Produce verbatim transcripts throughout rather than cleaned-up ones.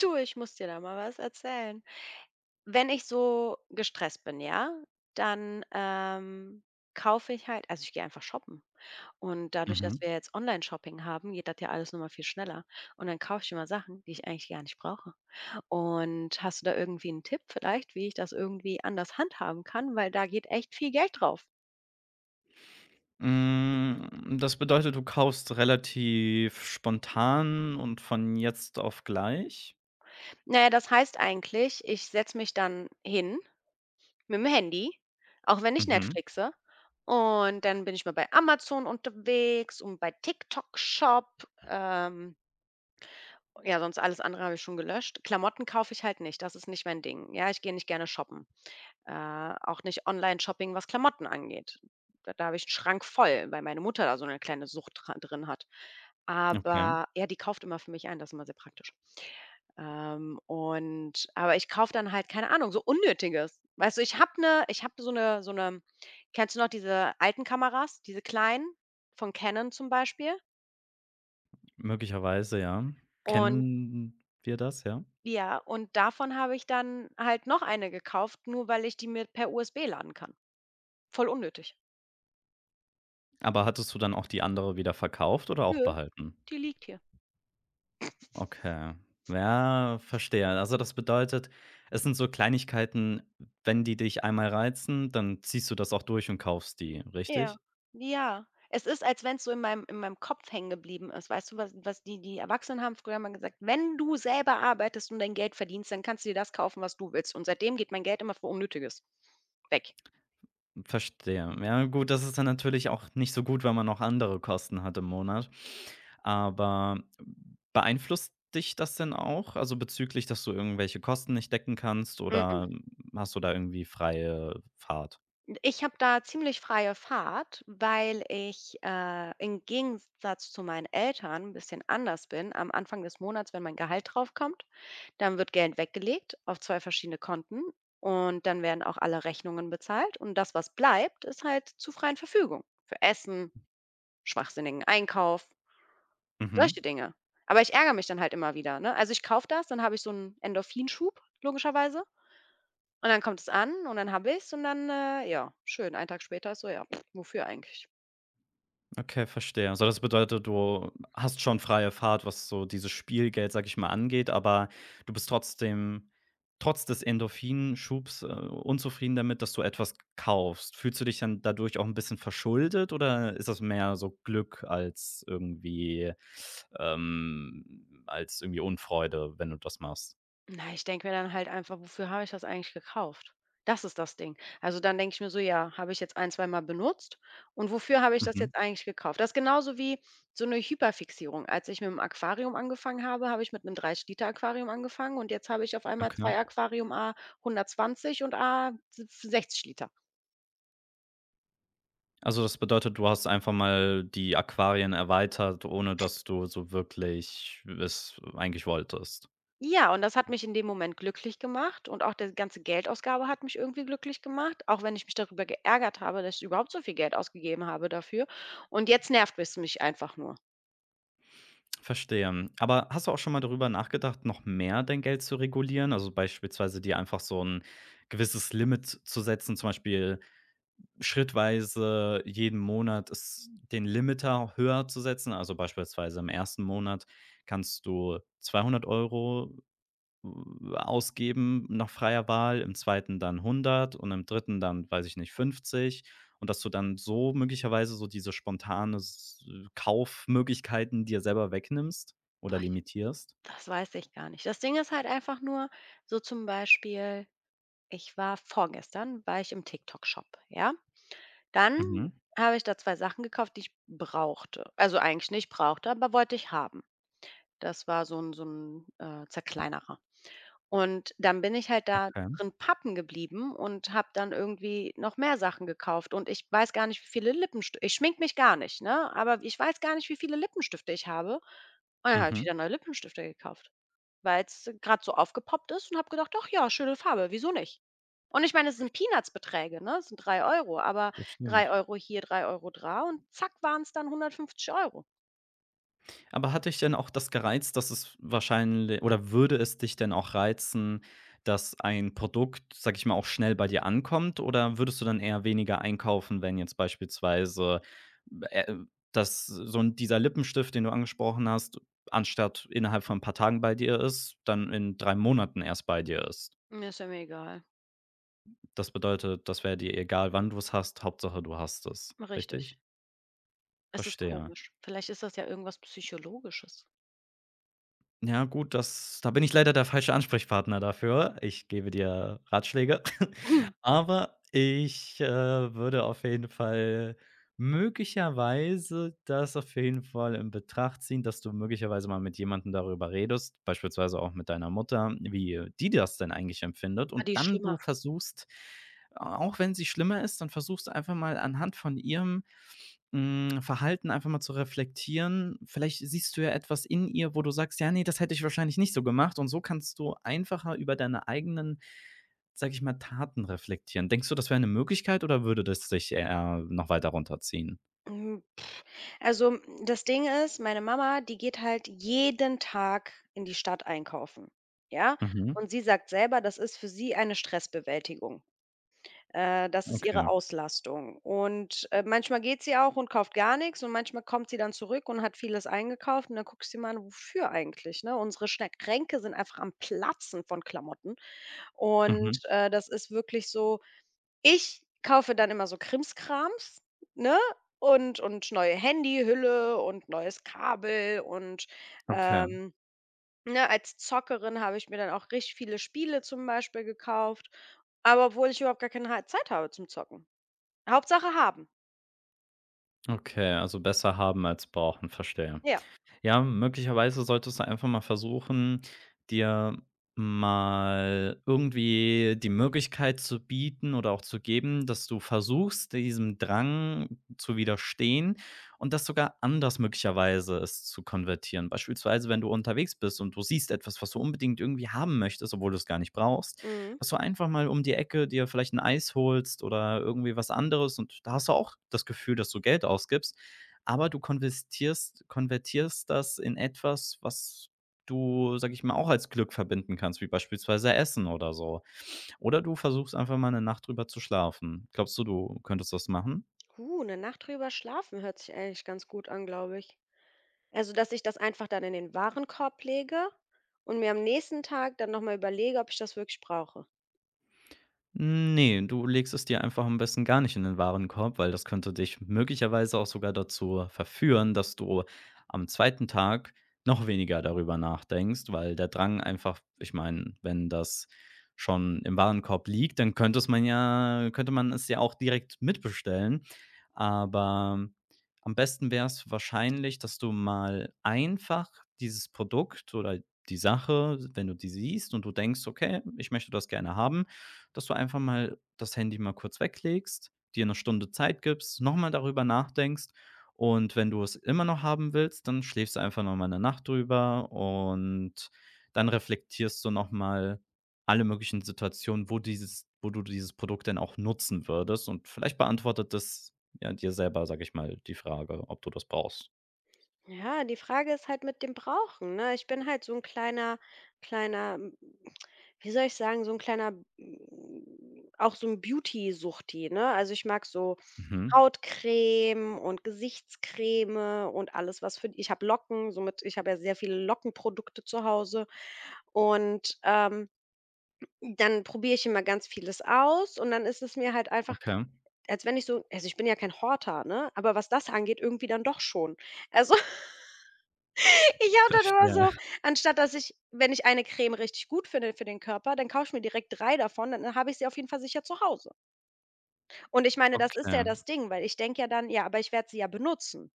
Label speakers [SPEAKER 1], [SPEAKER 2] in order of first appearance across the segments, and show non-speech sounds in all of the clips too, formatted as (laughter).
[SPEAKER 1] Du, ich muss dir da mal was erzählen. Wenn ich so gestresst bin, ja, dann ähm, kaufe ich halt, also ich gehe einfach shoppen. Und dadurch, dass
[SPEAKER 2] Mhm.
[SPEAKER 1] wir jetzt Online-Shopping haben, geht das ja alles nochmal viel schneller. Und dann kaufe ich immer Sachen, die ich eigentlich gar nicht brauche. Und hast du da irgendwie einen Tipp vielleicht, wie ich das irgendwie anders handhaben kann? Weil da geht echt viel Geld drauf.
[SPEAKER 2] Hm, das bedeutet, du kaufst relativ spontan und von jetzt auf gleich?
[SPEAKER 1] Naja, das heißt eigentlich, ich setze mich dann hin mit'm Handy, auch wenn ich
[SPEAKER 2] Mhm.
[SPEAKER 1] Netflixe. Und dann bin ich mal bei Amazon unterwegs und bei TikTok Shop. Ähm, ja, sonst alles andere habe ich schon gelöscht. Klamotten kaufe ich halt nicht, das ist nicht mein Ding. Ja, ich gehe nicht gerne shoppen. Äh, auch nicht Online-Shopping, was Klamotten angeht. Da da habe ich 'n Schrank voll, weil meine Mutter da so 'ne kleine Sucht dra drin hat.
[SPEAKER 2] Okay.
[SPEAKER 1] Aber ja, die kauft immer für mich ein, das ist immer sehr praktisch. Ähm, und aber ich kaufe dann halt, keine Ahnung, so Unnötiges. Weißt du, ich habe 'ne ich habe so eine, so eine kennst du noch diese alten Kameras, diese kleinen von Canon zum Beispiel?
[SPEAKER 2] Möglicherweise, ja.
[SPEAKER 1] Und
[SPEAKER 2] Kennen wir das, ja.
[SPEAKER 1] ja, und davon habe ich dann halt noch eine gekauft, nur weil ich die mir per U S B laden kann. Voll unnötig.
[SPEAKER 2] Aber hattest du dann auch die andere wieder verkauft oder auch
[SPEAKER 1] Nö,
[SPEAKER 2] behalten?
[SPEAKER 1] die liegt hier.
[SPEAKER 2] Okay. Ja, verstehe. Also das bedeutet, es sind so Kleinigkeiten, wenn die dich einmal reizen, dann ziehst du das auch durch und kaufst die,
[SPEAKER 1] Ja,
[SPEAKER 2] richtig?
[SPEAKER 1] ja. Es ist, als wenn es so in meinem in meinem Kopf hängen geblieben ist. Weißt du, was was die die Erwachsenen haben früher mal gesagt „Wenn du selber arbeitest und dein Geld verdienst, dann kannst du dir das kaufen, was du willst.“ Und seitdem geht mein Geld immer für Unnötiges weg.
[SPEAKER 2] Verstehe. Ja, gut, das ist dann natürlich auch nicht so gut, wenn man noch andere Kosten hat im Monat. Aber beeinflusst dich das denn auch? Also bezüglich, dass du irgendwelche Kosten nicht decken kannst
[SPEAKER 1] Mm.
[SPEAKER 2] oder hast du da irgendwie freie Fahrt?
[SPEAKER 1] Ich habe da ziemlich freie Fahrt, weil ich, äh, im Gegensatz zu meinen Eltern 'n bisschen anders bin. Am Anfang des Monats, wenn mein Gehalt draufkommt, dann wird Geld weggelegt auf zwei verschiedene Konten und dann werden auch alle Rechnungen bezahlt und das, was bleibt, ist halt zur freien Verfügung für Essen, schwachsinnigen Einkauf,
[SPEAKER 2] Mhm.
[SPEAKER 1] solche Dinge. Aber ich ärgere mich dann halt immer wieder, ne? Also, ich kaufe das, dann habe ich so einen Endorphinschub logischerweise und dann kommt es an und dann habe ich es und dann, äh, ja, schön. Einen Tag später ist so: „Ja, pff, wofür eigentlich?“
[SPEAKER 2] Okay, verstehe. Also, das bedeutet, du hast schon freie Fahrt, was so dieses Spielgeld, sag ich mal, angeht, aber du bist trotzdem trotz des Endorphinschubs, äh, unzufrieden damit, dass du etwas kaufst. Fühlst du dich dann dadurch auch ein bisschen verschuldet oder ist das mehr so Glück als irgendwie ähm, als irgendwie Unfreude, wenn du das machst?
[SPEAKER 1] Na, ich denke mir dann halt einfach: „Wofür habe ich das eigentlich gekauft?“ Das ist das Ding. Also, dann denke ich mir so: „Ja, habe ich jetzt ein zweimal benutzt und wofür habe ich das
[SPEAKER 2] Mhm,
[SPEAKER 1] jetzt eigentlich gekauft?“ Das ist genauso wie so eine Hyperfixierung. Als ich mit dem Aquarium angefangen habe, habe ich mit einem drei Liter Aquarium angefangen und jetzt habe ich auf einmal
[SPEAKER 2] okay.
[SPEAKER 1] zwei Aquarium A hundertzwanzig und A si sechzig Liter.
[SPEAKER 2] Also, das bedeutet, du hast einfach mal die Aquarien erweitert, ohne dass du so wirklich es eigentlich wolltest?
[SPEAKER 1] Ja, und das hat mich in dem Moment glücklich gemacht und auch die ganze Geldausgabe hat mich irgendwie glücklich gemacht, auch wenn ich mich darüber geärgert habe, dass ich überhaupt so viel Geld ausgegeben habe dafür. Und jetzt nervt es mich einfach nur.
[SPEAKER 2] Verstehe. Aber hast du auch schon mal darüber nachgedacht, noch mehr dein Geld zu regulieren? Also beispielsweise dir einfach so ein gewisses Limit zu setzen, zum Beispiel schrittweise jeden Monat es den Limiter höher zu setzen. Also beispielsweise im ersten Monat kannst du zweihundert Euro ausgeben nach freier Wahl, im zweiten dann hundert und im dritten dann, weiß ich nicht, fünfzig, und dass du dann so möglicherweise so diese spontane s Kaufmöglichkeiten dir selber wegnimmst
[SPEAKER 1] Boah,
[SPEAKER 2] oder
[SPEAKER 1] ich,
[SPEAKER 2] limitierst?
[SPEAKER 1] Das weiß ich gar nicht. Das Ding ist halt einfach nur, so zum Beispiel, ich war vorgestern, war ich im TikTok-Shop, ja. Dann
[SPEAKER 2] Mhm.
[SPEAKER 1] habe ich da zwei Sachen gekauft, die ich brauchte. Also eigentlich nicht brauchte, aber wollte ich haben. Das war so ein, so ein äh, Zerkleinerer. Und dann bin ich halt da
[SPEAKER 2] Okay.
[SPEAKER 1] drin pappen geblieben und habe dann irgendwie noch mehr Sachen gekauft und ich weiß gar nicht, wie viele Lippensti ich schminke mich gar nicht, ne, aber ich weiß gar nicht, wie viele Lippenstifte ich habe. Und dann habe ich
[SPEAKER 2] Mhm.
[SPEAKER 1] wieder neue Lippenstifte gekauft, weil es gerade so aufgepoppt ist und habe gedacht: „Doch ja, schöne Farbe, wieso nicht?“ Und ich meine, es sind Peanuts-Beträge, ne? Es sind drei Euro, aber
[SPEAKER 2] Ja,
[SPEAKER 1] drei
[SPEAKER 2] stimmt.
[SPEAKER 1] Euro hier, drei Euro da und zack waren es dann hundertfünfzig Euro.
[SPEAKER 2] Aber hat dich denn auch das gereizt, dass es wahrscheinlich oder würde es dich denn auch reizen, dass ein Produkt, sage ich mal, auch schnell bei dir ankommt? Oder würdest du dann eher weniger einkaufen, wenn jetzt beispielsweise, äh, das so ein dieser Lippenstift, den du angesprochen hast, anstatt innerhalb von ein paar Tagen bei dir ist, dann in drei Monaten erst bei dir ist?
[SPEAKER 1] Mir ist ja mir egal.
[SPEAKER 2] Das bedeutet, das wäre dir egal, wann du es hast, Hauptsache du hast es,
[SPEAKER 1] Richtig.
[SPEAKER 2] richtig?
[SPEAKER 1] Es ist
[SPEAKER 2] Verstehe.
[SPEAKER 1] komisch. Vielleicht ist das ja irgendwas Psychologisches.
[SPEAKER 2] Ja, gut, das da bin ich leider der falsche Ansprechpartner dafür. Ich gebe dir Ratschläge, (laughs)
[SPEAKER 1] (laughs)
[SPEAKER 2] aber ich, äh, würde auf jeden Fall möglicherweise das auf jeden Fall in Betracht ziehen, dass du möglicherweise mal mit jemandem darüber redest, beispielsweise auch mit deiner Mutter, wie die das denn eigentlich empfindet,
[SPEAKER 1] Ah,
[SPEAKER 2] und
[SPEAKER 1] die ist
[SPEAKER 2] dann du
[SPEAKER 1] schlimmer.
[SPEAKER 2] versuchst, auch wenn sie schlimmer ist, dann versuchst du einfach mal anhand von ihrem hm, Verhalten einfach mal zu reflektieren. Vielleicht siehst du ja etwas in ihr, wo du sagst: „Ja, nee, das hätte ich wahrscheinlich nicht so gemacht.“ Und so kannst du einfacher über deine eigenen, sag ich mal, Taten reflektieren. Denkst du, das wäre eine Möglichkeit oder würde das dich eher noch weiter runterziehen?
[SPEAKER 1] Hm, also, hm, das Ding ist, meine Mama, die geht halt jeden Tag in die Stadt einkaufen, ja?
[SPEAKER 2] Mhm.
[SPEAKER 1] Und sie sagt selber, das ist für sie eine Stressbewältigung. Äh, das ist ihre
[SPEAKER 2] Okay.
[SPEAKER 1] Auslastung. Und, äh, manchmal geht sie auch und kauft gar nichts und manchmal kommt sie dann zurück und hat vieles eingekauft und dann guckst du dir mal an, wofür eigentlich, ne? Unsere Schne Schränke sind einfach am Platzen von Klamotten
[SPEAKER 2] Mhm.
[SPEAKER 1] und, äh, das ist wirklich so. Ich kaufe dann immer so Krimskrams, ne? Und und neue Handyhülle und neues Kabel und,
[SPEAKER 2] Okay.
[SPEAKER 1] ähm, ne, als Zockerin habe ich mir dann auch richtig viele Spiele zum Beispiel gekauft, aber obwohl ich überhaupt gar keine ha Zeit habe zum Zocken. Hauptsache haben.
[SPEAKER 2] Okay, also besser haben als brauchen, verstehe.
[SPEAKER 1] Ja.
[SPEAKER 2] Ja, möglicherweise solltest du einfach mal versuchen, dir mal irgendwie die Möglichkeit zu bieten oder auch zu geben, dass du versuchst, diesem Drang zu widerstehen und das sogar anders möglicherweise es zu konvertieren. Beispielsweise, wenn du unterwegs bist und du siehst etwas, was du unbedingt irgendwie haben möchtest, obwohl du es gar nicht brauchst,
[SPEAKER 1] Mhm.
[SPEAKER 2] dass du einfach mal um die Ecke dir vielleicht ein Eis holst oder irgendwie was anderes, und da hast du auch das Gefühl, dass du Geld ausgibst, aber du konvertierst konvertierst das in etwas, was du, sage ich mal, auch als Glück verbinden kannst, wie beispielsweise Essen oder so. Oder du versuchst einfach mal eine Nacht drüber zu schlafen. Glaubst du, du könntest das machen?
[SPEAKER 1] Uh, 'ne Nacht drüber schlafen hört sich eigentlich ganz gut an, glaube ich. Also, dass ich das einfach dann in den Warenkorb lege und mir am nächsten Tag dann noch mal überlege, ob ich das wirklich brauche.
[SPEAKER 2] Nee, du legst es dir einfach am besten gar nicht in den Warenkorb, weil das könnte dich möglicherweise auch sogar dazu verführen, dass du am zweiten Tag noch weniger darüber nachdenkst, weil der Drang einfach, ich meine, wenn das schon im Warenkorb liegt, dann könnte es man ja könnte man es ja auch direkt mitbestellen. Aber am besten wäre es wahrscheinlich, dass du mal einfach dieses Produkt oder die Sache, wenn du die siehst und du denkst: „Okay, ich möchte das gerne haben“, dass du einfach mal das Handy mal kurz weglegst, dir eine Stunde Zeit gibst, nochmal darüber nachdenkst, und wenn du es immer noch haben willst, dann schläfst du einfach noch mal 'ne Nacht drüber und dann reflektierst du nochmal alle möglichen Situationen, wo dieses wo du dieses Produkt denn auch nutzen würdest, und vielleicht beantwortet das, ja, dir selber, sage ich mal, die Frage, ob du das brauchst.
[SPEAKER 1] Ja, die Frage ist halt mit dem Brauchen, ne? Ich bin halt so 'n kleiner kleiner, hm, wie soll ich sagen, so 'n kleiner, hm, auch so 'n Beauty-Suchti, ne? Also, ich mag so
[SPEAKER 2] Mhm.
[SPEAKER 1] Hautcreme und Gesichtscreme und alles, was für ich habe Locken, somit ich habe ja sehr viele Lockenprodukte zu Hause und, ähm, dann probiere ich immer ganz vieles aus und dann ist es mir halt einfach,
[SPEAKER 2] Okay.
[SPEAKER 1] als wenn ich so also, ich bin ja kein Horter, ne, aber was das angeht, irgendwie dann doch schon. Also (laughs) ich habe dann immer
[SPEAKER 2] Verstehe.
[SPEAKER 1] so anstatt dass ich wenn ich eine Creme richtig gut finde für den Körper, dann kaufe ich mir direkt drei davon, dann habe ich sie auf jeden Fall sicher zu Hause. Und ich meine, das ist ja
[SPEAKER 2] Okay.
[SPEAKER 1] das Ding, weil ich denke ja dann: „Ja, aber ich werde sie ja benutzen.“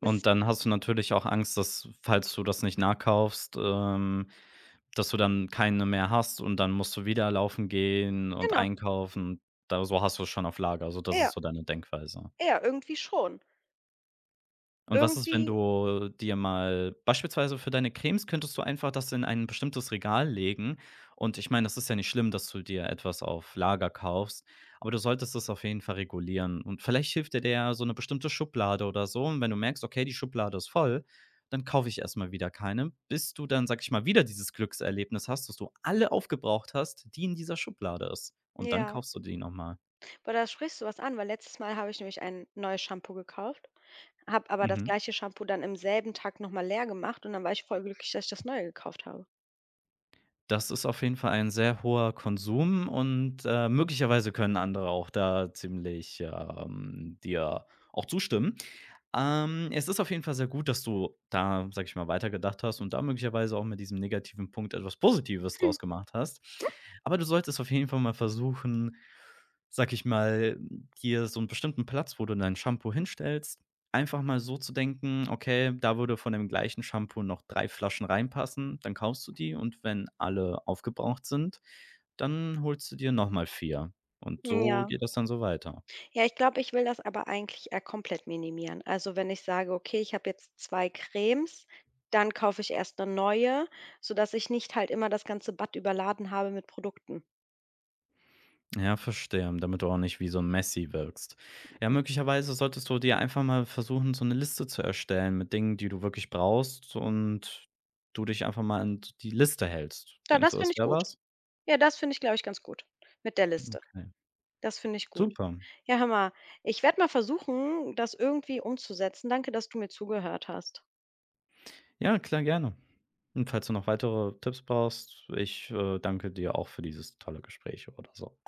[SPEAKER 1] Das
[SPEAKER 2] Und dann hast du natürlich auch Angst, dass, falls du das nicht nachkaufst, ähm Dass du dann keine mehr hast und dann musst du wieder laufen gehen und
[SPEAKER 1] genau,
[SPEAKER 2] einkaufen. Da, so hast du's schon auf Lager. So, das ist
[SPEAKER 1] ja,
[SPEAKER 2] so deine Denkweise.
[SPEAKER 1] ja, irgendwie schon.
[SPEAKER 2] Und was ist, wenn
[SPEAKER 1] Irgendwie
[SPEAKER 2] du dir mal beispielsweise für deine Cremes könntest du einfach das in ein bestimmtes Regal legen, und ich meine, das ist ja nicht schlimm, dass du dir etwas auf Lager kaufst, aber du solltest es auf jeden Fall regulieren, und vielleicht hilft dir da ja so eine bestimmte Schublade oder so, und wenn du merkst: „Okay, die Schublade ist voll“, dann kaufe ich erst mal wieder keine, bis du dann, sag ich mal, wieder dieses Glückserlebnis hast, dass du alle aufgebraucht hast, die in dieser Schublade ist, und dann
[SPEAKER 1] ja.
[SPEAKER 2] kaufst du die noch mal.
[SPEAKER 1] Aber da sprichst du was an, weil letztes Mal habe ich nämlich ein neues Shampoo gekauft, habe aber das
[SPEAKER 2] Mhm.
[SPEAKER 1] gleiche Shampoo dann im selben Tag noch mal leer gemacht und dann war ich voll glücklich, dass ich das Neue gekauft habe.
[SPEAKER 2] Das ist auf jeden Fall ein sehr hoher Konsum, und, äh, möglicherweise können andere auch da ziemlich, ähm, dir auch zustimmen. Ähm, es ist auf jeden Fall sehr gut, dass du da, sage ich mal, weitergedacht hast und da möglicherweise auch mit diesem negativen Punkt etwas Positives draus gemacht hast. Aber du solltest auf jeden Fall mal versuchen, sage ich mal, dir so einen bestimmten Platz, wo du dein Shampoo hinstellst, einfach mal so zu denken: „Okay, da würde von dem gleichen Shampoo noch drei Flaschen reinpassen.“ Dann kaufst du die, und wenn alle aufgebraucht sind, dann holst du dir noch mal vier. Und so
[SPEAKER 1] Ja.
[SPEAKER 2] geht das dann so weiter.
[SPEAKER 1] Ja, ich glaube, ich will das aber eigentlich eher komplett minimieren. Also, wenn ich sage: „Okay, ich habe jetzt zwei Cremes“, dann kaufe ich erst eine neue, sodass ich nicht halt immer das ganze Bad überladen habe mit Produkten.
[SPEAKER 2] Ja, verstehe, damit du auch nicht wie so ein Messi wirkst. Ja, möglicherweise solltest du dir einfach mal versuchen, so eine Liste zu erstellen mit Dingen, die du wirklich brauchst, und du dich einfach mal an die Liste hältst.
[SPEAKER 1] Ja,
[SPEAKER 2] Denkst du,
[SPEAKER 1] das
[SPEAKER 2] das
[SPEAKER 1] finde ich
[SPEAKER 2] wäre
[SPEAKER 1] gut.
[SPEAKER 2] was?
[SPEAKER 1] Ja, das finde ich, glaube ich, ganz gut mit der Liste.
[SPEAKER 2] Okay,
[SPEAKER 1] Das finde ich gut.
[SPEAKER 2] super.
[SPEAKER 1] Ja, hör mal, ich werde mal versuchen, das irgendwie umzusetzen. Danke, dass du mir zugehört hast.
[SPEAKER 2] Ja, klar, gerne. Und falls du noch weitere Tipps brauchst, ich, äh, danke dir auch für dieses tolle Gespräch oder so.